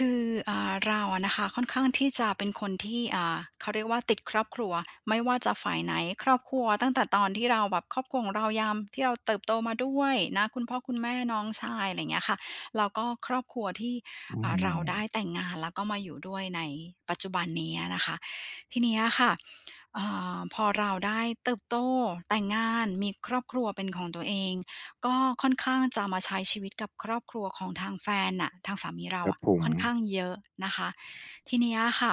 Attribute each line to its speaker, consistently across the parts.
Speaker 1: คือเราอะนะคะค่อนข้างที่จะเป็นคนที่เขาเรียกว่าติดครอบครัวไม่ว่าจะฝ่ายไหนครอบครัวตั้งแต่ตอนที่เราแบบครอบครัวของเรายามที่เราเติบโตมาด้วยนะคุณพ่อคุณแม่น้องชายอะไรอย่างเงี้ยค่ะแล้วก็ครอบครัวที่
Speaker 2: อื
Speaker 1: เราได้
Speaker 2: ม
Speaker 1: แต่งงานแล้วก็มาอยู่ด้วยในปัจจุบันนี้นะคะทีเนี้ยค่ะอ่พอเราได้เติบโตแต่งงานมีครอบครัวเป็นของตัวเอง ก็ค่อนข้างจะมาใช้ชีวิตกับครอบครัวของทางแฟนน่ะทางสามีเรา
Speaker 2: ครับ
Speaker 1: อะ
Speaker 2: ผม
Speaker 1: ค่อนข้างเยอะนะคะทีเนี้ยค่ะ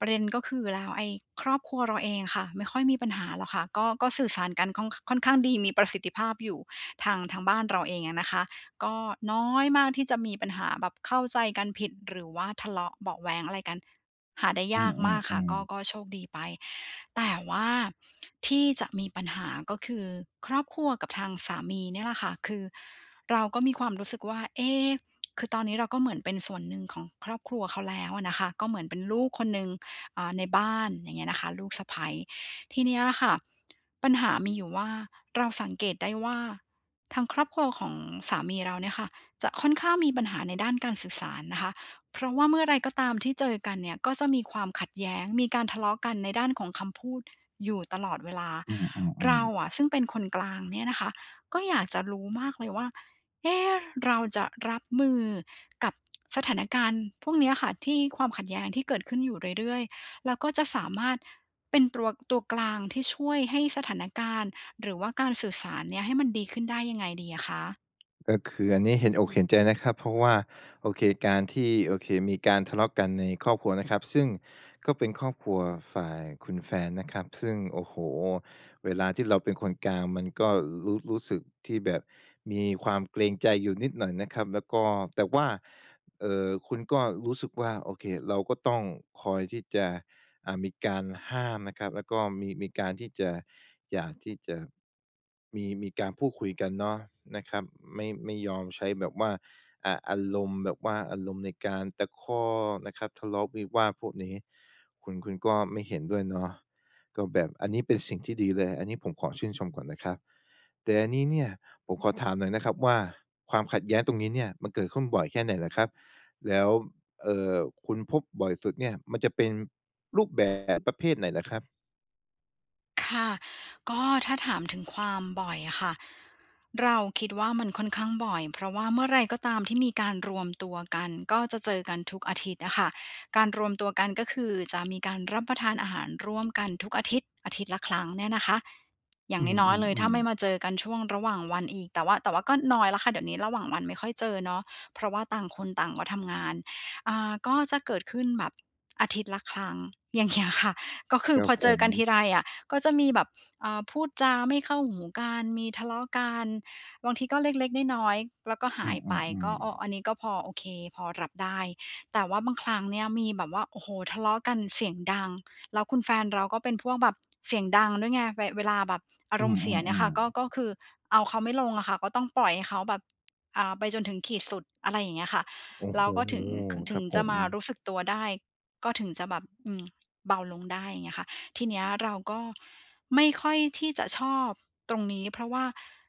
Speaker 1: ประเด็นก็คือแล้วไอ้ครอบครัวเราเองค่ะไม่ค่อยมีปัญหาหรอกค่ะก็สื่อสารกันค่อนข้างดีมีประสิทธิภาพอยู่ทางบ้านเราเองอะนะคะ ก็น้อยมากที่จะมีปัญหาแบบเข้าใจกันผิดหรือว่าทะเลาะเบาะแว้งอะไรกันหาได้
Speaker 2: อื
Speaker 1: ยากมากค่ะ
Speaker 2: ม
Speaker 1: ก็
Speaker 2: ๆ
Speaker 1: ก็
Speaker 2: ๆ
Speaker 1: โชคดีไปแต่ว่าที่จะมีปัญหาก็คือครอบครัวกับทางสามีเนี่ยแหละค่ะคือเราก็มีความรู้สึกว่าเอ๊คือตอนนี้เราก็เหมือนเป็นส่วนหนึ่งของครอบครัวเขาแล้วอะนะคะก็เหมือนเป็นลูกคนหนึ่งในบ้านอย่างเงี้ยนะคะลูกสะใภ้ทีเนี้ยค่ะปัญหามีอยู่ว่าเราสังเกตได้ว่า ทางครอบครัวของสามีเราเนี่ยค่ะจะค่อนข้างมีปัญหาในด้านการสื่อสารนะคะเพราะว่าเมื่อไรก็ตามที่เจอกันเนี่ยก็จะมีความขัดแย้งมีการทะเลาะกันในด้านของคำพูดอยู่ตลอดเวลา
Speaker 2: อืมอื
Speaker 1: เรา
Speaker 2: มๆ
Speaker 1: อะ
Speaker 2: ๆ
Speaker 1: ซึ่งเป็นคนกลางเนี่ยนะคะก็อยากจะรู้มากเลยว่าเอ๊ะเราจะรับมือกับสถานการณ์พวกเนี้ยค่ะที่ความขัดแย้งที่เกิดขึ้นอยู่เรื่อยๆแล้วก็จะสามารถเป็นตัวกลางที่ช่วยให้สถานการณ์ หรือว่าการสื่อสารเนี่ยให้มันดีขึ้นได้ยังไงดีอะคะ
Speaker 2: ก็คืออันนี้เห็นอกเห็นใจนะครับเพราะว่าโอเคการที่โอเคมีการทะเลาะกันในครอบครัวนะครับ ซึ่งก็เป็นครอบครัวฝ่ายคุณแฟนนะครับ ซึ่งโอ้โฮเวลาที่เราเป็นคนกลางมันก็รู้สึกที่แบบมีความเกรงใจอยู่นิดหน่อยนะครับแล้วก็แต่ว่า คุณก็รู้สึกว่าโอเคเราก็ต้องคอยที่จะมีการห้ามนะครับแล้วก็มีการที่จะอยากที่จะมีการพูดคุยกันเนาะนะครับไม่ยอมใช้แบบว่าอารมณ์แบบว่าอารมณ์ในการตะคอกนะครับทะเลาะวิวาทพวกนี้คุณก็ไม่เห็นด้วยเนาะก็แบบอันนี้เป็นสิ่งที่ดีเลยอันนี้ผมขอชื่นชมก่อนนะครับแต่อันนี้เนี่ยผมขอถามหน่อยนะครับว่าความขัดแย้งตรงนี้เนี่ยมันเกิดขึ้นบ่อยแค่ไหนเหรอครับ แล้วเอ่อคุณพบบ่อยสุดเนี่ยมันจะเป็นรูปแบบประเภทไหนเหรอครับ
Speaker 1: ค่ะก็ถ้าถามถึงความบ่อยอะค่ะเราคิดว่ามันค่อนข้างบ่อยเพราะว่าเมื่อไรก็ตามที่มีการรวมตัวกันก็จะเจอกันทุกอาทิตย์อะค่ะการรวมตัวกันก็คือจะมีการรับประทานอาหารร่วมกันทุกอาทิตย์อาทิตย์ละครั้งเนี่ยนะคะอย่าง
Speaker 2: อื
Speaker 1: น้อยๆเลยถ้า
Speaker 2: ม
Speaker 1: ไม่
Speaker 2: ๆ
Speaker 1: มา
Speaker 2: ๆ
Speaker 1: เจอกันช่วงระหว่างวันอีกแต่ว่าก็น้อยแล้วค่ะเดี๋ยวนี้ระหว่างวันไม่ค่อยเจอเนาะเพราะว่าต่างคนต่างก็ทำงานก็จะเกิดขึ้นแบบอาทิตย์ละครั้งอย่างเงี้ยค่ะก็คื
Speaker 2: ค
Speaker 1: อ
Speaker 2: รั
Speaker 1: พ
Speaker 2: บ
Speaker 1: อ
Speaker 2: ผ
Speaker 1: เจอ
Speaker 2: ม
Speaker 1: กันทีไรอะ ก็จะมีแบบพูดจาไม่เข้าหูกันมีทะเลาะกันบางทีก็เล็กๆน้อยๆแล้วก็
Speaker 2: อื
Speaker 1: หายไป
Speaker 2: ม
Speaker 1: ก็ออ
Speaker 2: ๆๆ
Speaker 1: อันนี้ก็พอโอเคพอรับได้แต่ว่าบางครั้งเนี่ยมีแบบว่าโอ้โหทะเลาะกันเสียงดังแล้วคุณแฟนเราก็เป็นพวกแบบเสียงดังด้วยไงเวลาแบบอา
Speaker 2: อื
Speaker 1: รมณ์เสียเนี่ย
Speaker 2: ม
Speaker 1: ค่ะก็ก็
Speaker 2: ๆ
Speaker 1: คือเอาเขาไม่ลงอะค่ะก็ต้องปล่อยให้เขาแบบไปจนถึงขีดสุดอะไรอย่างเงี้ยค่ะ
Speaker 2: ๆโอ้
Speaker 1: แล้
Speaker 2: โฮ
Speaker 1: วก็ถึง
Speaker 2: ครับผ
Speaker 1: จะ
Speaker 2: ม
Speaker 1: มารู้สึกตัวได้ก็ถึงจะแบบอืมเบาลงได้อย่างเงี้ยค่ะ ทีเนี้ยเราก็ไม่ค่อยที่จะชอบตรงนี้เพราะว่า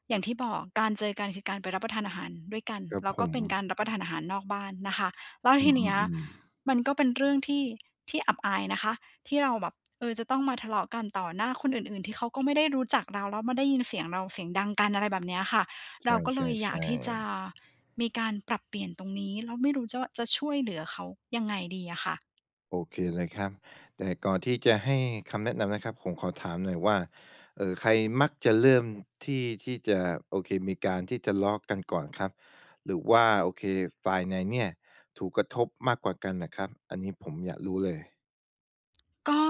Speaker 1: อย่างที่บอกการเจอกันคือการไปรับประทานอาหารด้วยกัน
Speaker 2: ครับ
Speaker 1: แล้ว
Speaker 2: ผ
Speaker 1: ก็
Speaker 2: ม
Speaker 1: เป็นการรับประทานอาหารนอกบ้านนะคะแล้ว
Speaker 2: อื
Speaker 1: ทีเนี้ย
Speaker 2: มๆ
Speaker 1: มันก็เป็นเรื่องที่ที่อับอายนะคะที่เราแบบเออจะต้องมาทะเลาะกันต่อหน้าคนอื่นๆที่เขาก็ไม่ได้รู้จักเราแล้วมาได้ยินเสียงเราเสียงดังกันอะไรแบบเนี้ยค่ะ
Speaker 2: ๆ
Speaker 1: เราก็
Speaker 2: ใช
Speaker 1: เลยอยาก
Speaker 2: ่
Speaker 1: ที่
Speaker 2: ๆ
Speaker 1: จะ
Speaker 2: ๆ
Speaker 1: มีการปรับเปลี่ยนตรงนี้แล้วไม่รู้จะว่าจะช่วยเหลือเขายังไงดีอะค่ะ
Speaker 2: โอเคเลยครับแต่ก่อนที่จะให้คำแนะนำนะครับผมขอถามหน่อยว่าใครมักจะเริ่มที่จะโอเคมีการที่ทะเลาะกันก่อนครับหรือว่าโอเคฝ่ายไหนเนี่ยถูกกระทบมากกว่ากันน่ะครับอันนี้ผมอยากรู้เลย
Speaker 1: ก็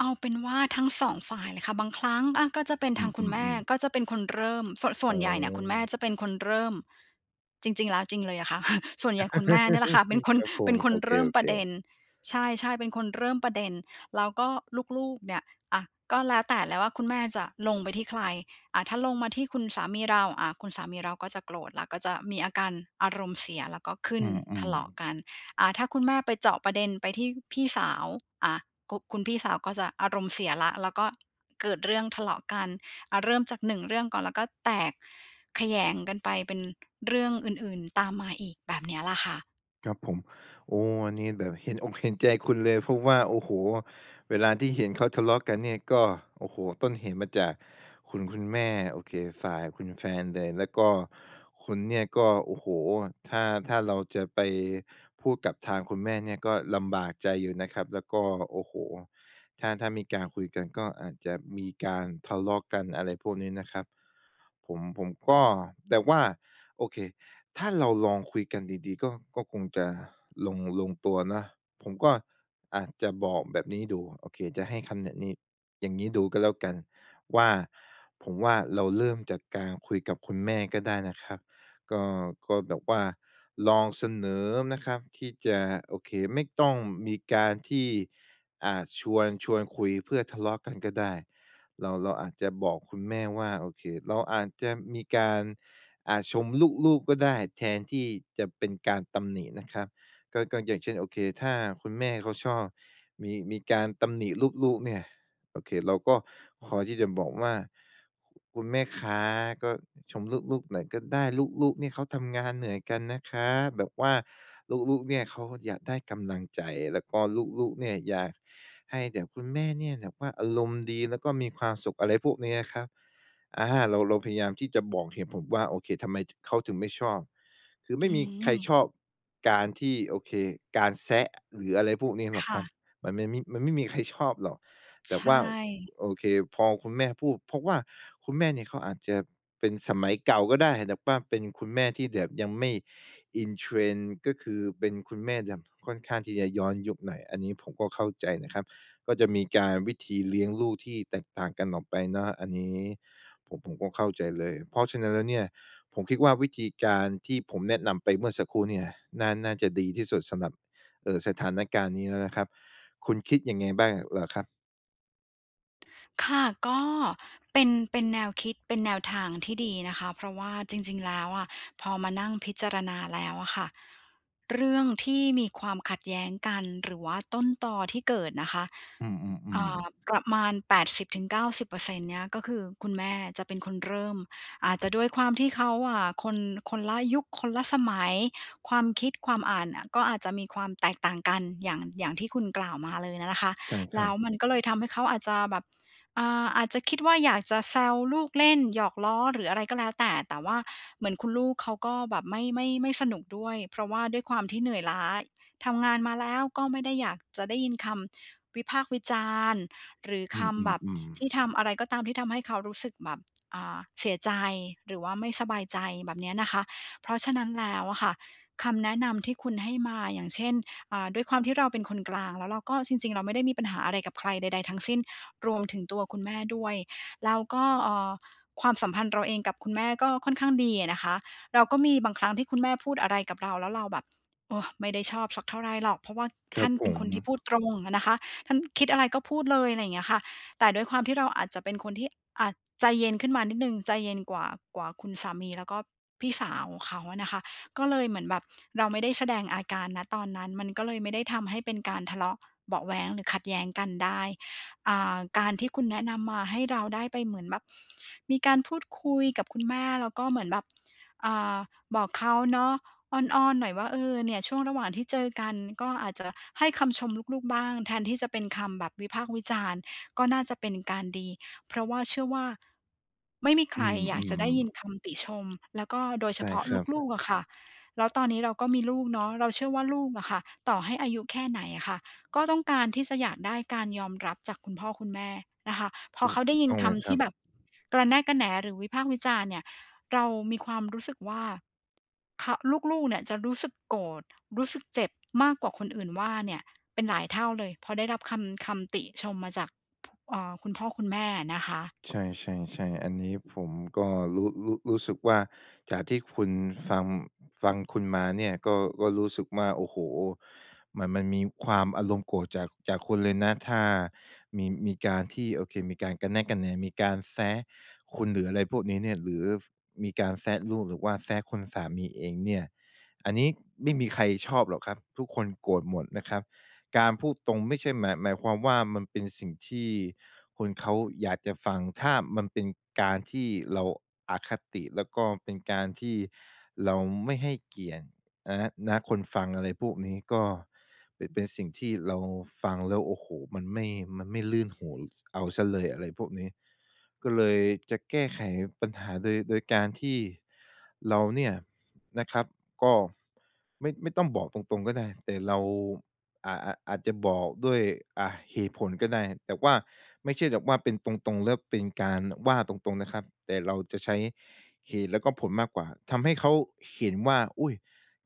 Speaker 1: เอาเป็นว่าทั้งสองฝ่ายเลยค่ะบางครั้งอะก็จะเป็น
Speaker 2: อื
Speaker 1: ทางคุณแม่
Speaker 2: มๆ
Speaker 1: ก็
Speaker 2: ๆ
Speaker 1: จะเป็นคนเริ่มส่วนส่ว
Speaker 2: อ๋
Speaker 1: น
Speaker 2: อ
Speaker 1: ใหญ่เนี่ยคุณแม่จะเป็นคนเริ่มจริงๆแล้วจริงเลยอะค่ะ ส่วนใหญ่คุณแม่เนี่ยแหละค่ะเป็น คน
Speaker 2: ครับผ
Speaker 1: เป็
Speaker 2: ม
Speaker 1: นคน
Speaker 2: โอ
Speaker 1: เริ่มป
Speaker 2: เค
Speaker 1: ระเด็น
Speaker 2: ๆ
Speaker 1: ใช่ๆเป็นคนเริ่มประเด็นแล้วก็ลูกๆเนี่ยอะก็แล้วแต่แล้วว่าคุณแม่จะลงไปที่ใครอ่ะถ้าลงมาที่คุณสามีเราอ่ะคุณสามีเราก็จะโกรธแล้วก็จะมีอาการอารมณ์เสียแล้วก็ขึ้น
Speaker 2: อื
Speaker 1: ทะ
Speaker 2: ม
Speaker 1: เลาะกั
Speaker 2: ๆ
Speaker 1: น ถ้าคุณแม่ไปเจาะประเด็นไปที่พี่สาวอ่ากุคุณพี่สาวก็จะอารมณ์เสียแล้วแล้วก็เกิดเรื่องทะเลาะกันเริ่มจากหนึ่งเรื่องก่อนแล้วก็แตกแขยงกันไปเป็นเรื่องอื่นๆตามมาอีกแบบเนี้ยล่ะค่ะ
Speaker 2: ครับผมโอ้อันนี้แบบเห็น อกเห็นใจคุณเลยเพราะว่าโอ้โฮเวลาที่เห็นเขาทะเลาะกันเนี่ยก็โอ้โฮต้นเหตุมาจากคุณแม่โอเคฝ่ายคุณแฟนเลยแล้วก็คุณเนี่ยก็โอ้โฮถ้าถ้าเราจะไปพูดกับทางคุณแม่เนี่ยก็ลำบากใจอยู่นะครับแล้วก็โอ้โฮถ้ามีการคุยกันก็อาจจะมีการทะเลาะกันอะไรพวกนี้นะครับผมก็แต่ว่า โอเค ถ้าเราลองคุยกันดีๆก็ก็คงจะลงตัวนะ ผมก็อาจจะบอกแบบนี้ดูโอเคจะให้คำแนะนี้อย่างนี้ดูก็แล้วกันว่าผมว่าเราเริ่มจากการคุยกับคุณแม่ก็ได้นะครับก็ก็แบบว่าลองเสนอนะครับที่จะโอเคไม่ต้องมีการที่ชวนคุยเพื่อทะเลาะกันก็ได้เราอาจจะบอกคุณแม่ว่าโอเคเราอาจจะมีการ อาาชมลูกๆก็ได้แทนที่จะเป็นการตำหนินะครับก็ก็อย่างเช่นโอเคถ้าคุณแม่เขาชอบมีการตำหนิลูกๆเนี่ยโอเคเราก็ขอที่จะบอกว่าคุณแม่คาก็ชมลูกๆหน่อยก็ได้ลูกๆเนี่ยเขาทำงานเหนื่อยกันนะคะแบบว่าลูกๆเนี่ยเขาอยากได้กำลังใจแล้วก็ลูกๆเนี่ยอยากให้แบบคุณแม่เนี่ยแบบว่าอารมณ์ดีแล้วก็มีความสุขอะไรพวกนี้นะครับ อาเราพยายามที่จะบอกเหตุผลว่าโอเคทำไมเขาถึงไม่ชอบคือไม่
Speaker 1: อื
Speaker 2: มีใคร
Speaker 1: ม
Speaker 2: ชอบการที่โอเคการแซะหรืออะไรพวกนี้หรอกค
Speaker 1: ค่ะ
Speaker 2: รับมันไม่มีมันไม่มีใคร ชอบหรอก
Speaker 1: ใช
Speaker 2: แต่ว่า
Speaker 1: ่
Speaker 2: โอเคพอคุณแม่พูดเพราะว่าคุณแม่เนี่ยเขาอาจจะเป็นสมัยเก่าก็ได้แต่ว่าเป็นคุณแม่ที่แบบยังไม่อินเทรนก็คือเป็นคุณแม่แบบค่อนข้างที่จะย้อนยุคหน่อยอันนี้ผมก็เข้าใจนะครับ ก็จะมีการวิธีเลี้ยงลูกที่แตกต่างกันออกไปเนาะอันนี้ผมก็เข้าใจเลยเพราะฉะนั้นแล้วเนี่ยผมคิดว่าวิธีการที่ผมแนะนำไปเมื่อสักครู่เนี่ยน่าจะดีที่สุดสำหรับสถานการณ์นี้แล้วนะครับคุณคิดยังไงบ้างเหรอครับ
Speaker 1: ค่ะก็เป็นแนวคิดเป็นแนวทางที่ดีนะคะเพราะว่าจริงๆแล้วอะพอมานั่งพิจารณาแล้วอะค่ะเรื่องที่มีความขัดแย้งกันหรือว่าต้นตอที่เกิดนะคะ
Speaker 2: อืมๆๆ
Speaker 1: ประมาณ80-90%เก้าสิบเปอร์เซ็นต์เนี้ยก็คือคุณแม่จะเป็นคนเริ่มอาจจะด้วยความที่เขาอะคนละยุคคนละสมัยความคิดความอ่านอะก็อาจจะมีความแตกต่างกันอย่างที่คุณกล่าวมาเลยน่ะนะคะ
Speaker 2: ใช่ครั
Speaker 1: แล้
Speaker 2: บ
Speaker 1: วมันก็เลยทำให้เขาอาจจะแบบ อาจจะคิดว่าอยากจะแซวลูกเล่นหยอกล้อหรืออะไรก็แล้วแต่แต่ว่าเหมือนคุณลูกเขาก็แบบไม่สนุกด้วยเพราะว่าด้วยความที่เหนื่อยล้าทำงานมาแล้วก็ไม่ได้อยากจะได้ยินคำวิพากษ์วิจารณ์หรือ
Speaker 2: อื
Speaker 1: คำแบบ
Speaker 2: มๆ
Speaker 1: ที่
Speaker 2: ๆ
Speaker 1: ทำอะไรก็ตามที่ทำให้เขารู้สึกแบบเสียใจหรือว่าไม่สบายใจแบบเนี้ยนะคะเพราะฉะนั้นแล้วอะค่ะคำแนะนำที่คุณให้มาอย่างเช่นด้วยความที่เราเป็นคนกลางแล้วเราก็จริงๆเราไม่ได้มีปัญหาอะไรกับใครใดๆทั้งสิ้น รวมถึงตัวคุณแม่ด้วยแล้วก็ความสัมพันธ์เราเองกับคุณแม่ก็ค่อนข้างดีอะนะคะเราก็มีบางครั้งที่คุณแม่พูดอะไรกับเราแล้วเราแบบโอ้ไม่ได้ชอบสักเท่าไรหรอกเพราะว่า
Speaker 2: ครั
Speaker 1: ท่า
Speaker 2: บ
Speaker 1: น
Speaker 2: ผ
Speaker 1: เป็น
Speaker 2: ม
Speaker 1: คนที่พูดตรงอะนะคะท่านคิดอะไรก็พูดเลยอะไรอย่างเงี้ยค่ะแต่ด้วยความที่เราอาจจะเป็นคนที่อ่าใจเย็นขึ้นมานิดหนึ่งใจเย็นกว่ากว่าคุณสามีแล้วก็พี่สาวเขาอะนะคะก็เลยเหมือนแบบเราไม่ได้แสดงอาการณตอนนั้นมันก็เลยไม่ได้ทำให้เป็นการทะเลาะเบาะแว้งหรือขัดแย้งกันได้ การที่คุณแนะนำมาให้เราได้ไปเหมือนแบบมีการพูดคุยกับคุณแม่แล้วก็เหมือนแบบอ่าบอกเขาเนาะอ้อนๆหน่อยว่าเออเนี่ยช่วงระหว่างที่เจอกันก็อาจจะให้คำชมลูกๆบ้างแทนที่จะเป็นคำแบบวิพากษ์วิจารณ์ก็น่าจะเป็นการดีเพราะว่าเชื่อว่าไม่มีใค
Speaker 2: อื
Speaker 1: รอยากจะ
Speaker 2: ม
Speaker 1: ได้ยิน
Speaker 2: ๆ
Speaker 1: คำติชมแล้วก็โดยเฉ
Speaker 2: ใช่
Speaker 1: พาะ
Speaker 2: ครับ
Speaker 1: ลูกๆอะค่ะแล้วตอนนี้เราก็มีลูกเนาะเราเชื่อว่าลูกอะค่ะต่อให้อายุแค่ไหนอะค่ะ ก็ต้องการที่จะอยากได้การยอมรับจากคุณพ่อคุณแม่นะคะพอ
Speaker 2: ถูก
Speaker 1: เขาได้
Speaker 2: ถูก
Speaker 1: ยิน
Speaker 2: ต้องเลย
Speaker 1: คำ
Speaker 2: ครั
Speaker 1: ที่
Speaker 2: บ
Speaker 1: แบบกระแนะกระแหนหรือวิพากษ์วิจารณ์เนี่ยเรามีความรู้สึกว่าเขาลูกๆเนี่ยจะรู้สึกโกรธรู้สึกเจ็บมากกว่าคนอื่นว่าเนี่ยเป็นหลายเท่าเลยพอได้รับคำติชมมาจากคุณพ่อคุณแม่นะคะ
Speaker 2: ใช่ใช่ใช่อันนี้ผมก็รู้สึกว่าจากที่คุณฟังฟังคุณมาเนี่ยก็ก็รู้สึกว่าโอ้โฮมันมันมีความอารมณ์โกรธจากคุณเลยนะถ้ามีการที่โอเคมีการกระแนะกระแหนมีการแซะคุณหรืออะไรพวกนี้เนี่ยหรือมีการแซะลูกหรือว่าแซะคุณสามีเองเนี่ยอันนี้ไม่มีใครชอบหรอกครับทุกคนโกรธหมดนะครับ การพูดตรงไม่ใช่หมายความว่ามันเป็นสิ่งที่คนเขาอยากจะฟังถ้ามันเป็นการที่เราอคติแล้วก็เป็นการที่เราไม่ให้เกียรตินะคนฟังอะไรพวกนี้ก็เป็นสิ่งที่เราฟังแล้วโอ้โฮมันไม่มันไม่ลื่นหูเอาเสียเลยอะไรพวกนี้ก็เลยจะแก้ไขปัญหาโดยการที่เราเนี่ยนะครับก็ไม่ต้องบอกตรงๆก็ได้แต่เรา อาจจะบอกด้วยเหตุผลก็ได้ แต่ว่าไม่ใช่แบบว่าเป็นตรงๆแล้วเป็นการว่าตรงๆนะครับ แต่เราจะใช้เหตุแล้วก็ผลมากกว่า ทำให้เขาเห็นว่าอุย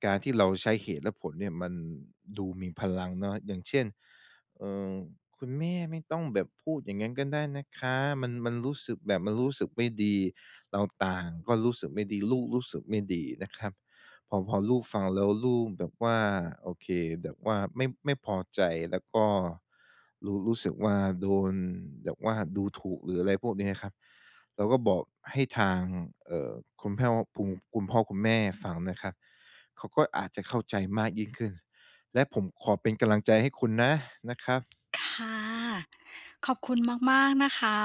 Speaker 2: การที่เราใช้เหตุและผลเนี่ยมันดูมีพลังเนาะอย่างเช่นเออคุณแม่ไม่ต้องแบบพูดอย่างนั้นก็ได้นะคะมันมันรู้สึกแบบมันรู้สึกไม่ดีเราต่างก็รู้สึกไม่ดีลูกรู้สึกไม่ดีนะครับ พอลูกฟังแล้วลูกแบบว่าโอเคแบบว่าไม่พอใจแล้วก็รู้สึกว่าโดนแบบว่าดูถูกหรืออะไรพวกนี้ยครับเราก็บอกให้ทางเอ่อคุณพ่อพุงคุณพ่อคุณแม่ฟังนะครับเขาก็อาจจะเข้าใจมากยิ่งขึ้นและผมขอเป็นกำลังใจให้คุณนะนะครับ
Speaker 1: ค่ะขอบคุณมากๆนะคะ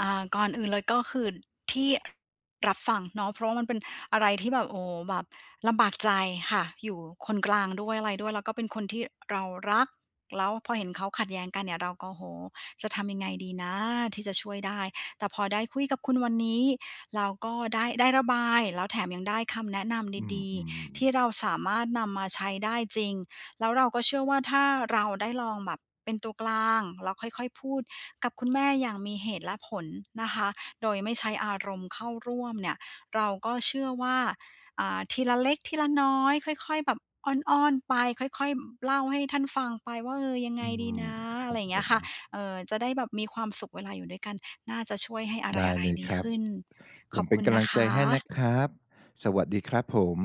Speaker 1: ก่อนอื่นเลยก็คือที่รับฟังเนาะเพราะว่ามันเป็นอะไรที่แบบโอ้โฮแบบลำบากใจค่ะอยู่คนกลางด้วยอะไรด้วยแล้วก็เป็นคนที่เรารักแล้วพอเห็นเขาขัดแย้งกันเนี่ยเราก็โอ้โฮจะทำยังไงดีนะที่จะช่วยได้แต่พอได้คุยกับคุณวันนี้เราก็ได้ระบายแล้วแถมยังได้คำแนะน
Speaker 2: อื
Speaker 1: ำ
Speaker 2: ม
Speaker 1: ดี
Speaker 2: อืม
Speaker 1: ๆที่เราสามารถนำมาใช้ได้จริง แล้วเราก็เชื่อว่าถ้าเราได้ลองแบบเป็นตัวกลางแล้วค่อยๆพูดกับคุณแม่อย่างมีเหตุและผลนะคะโดยไม่ใช้อารมณ์เข้าร่วมเนี่ยเราก็เชื่อว่าทีละเล็กทีละน้อยค่อยๆแบบอ้อนๆไปค่อยๆเล่าให้ท่านฟังไปว่าเออยังไง
Speaker 2: อื
Speaker 1: ดี
Speaker 2: ม
Speaker 1: นะ
Speaker 2: ค
Speaker 1: อะ
Speaker 2: รั
Speaker 1: ไร
Speaker 2: บ
Speaker 1: อย่า
Speaker 2: ผ
Speaker 1: งเงี้ย
Speaker 2: ม
Speaker 1: ค่ะเออจะได้แบบมีความสุขเวลาอยู่ด้วยกันน่าจะช่วยให้อะ
Speaker 2: ได้
Speaker 1: ไร
Speaker 2: เลย
Speaker 1: ๆดี
Speaker 2: ครับ
Speaker 1: ขึ้น
Speaker 2: ผ
Speaker 1: ขอ
Speaker 2: ม
Speaker 1: บ
Speaker 2: เป็
Speaker 1: คุ
Speaker 2: น
Speaker 1: ณ
Speaker 2: กำ
Speaker 1: นะ
Speaker 2: ลังใจ
Speaker 1: คะ
Speaker 2: ให้นะครับสวัสดีครับผม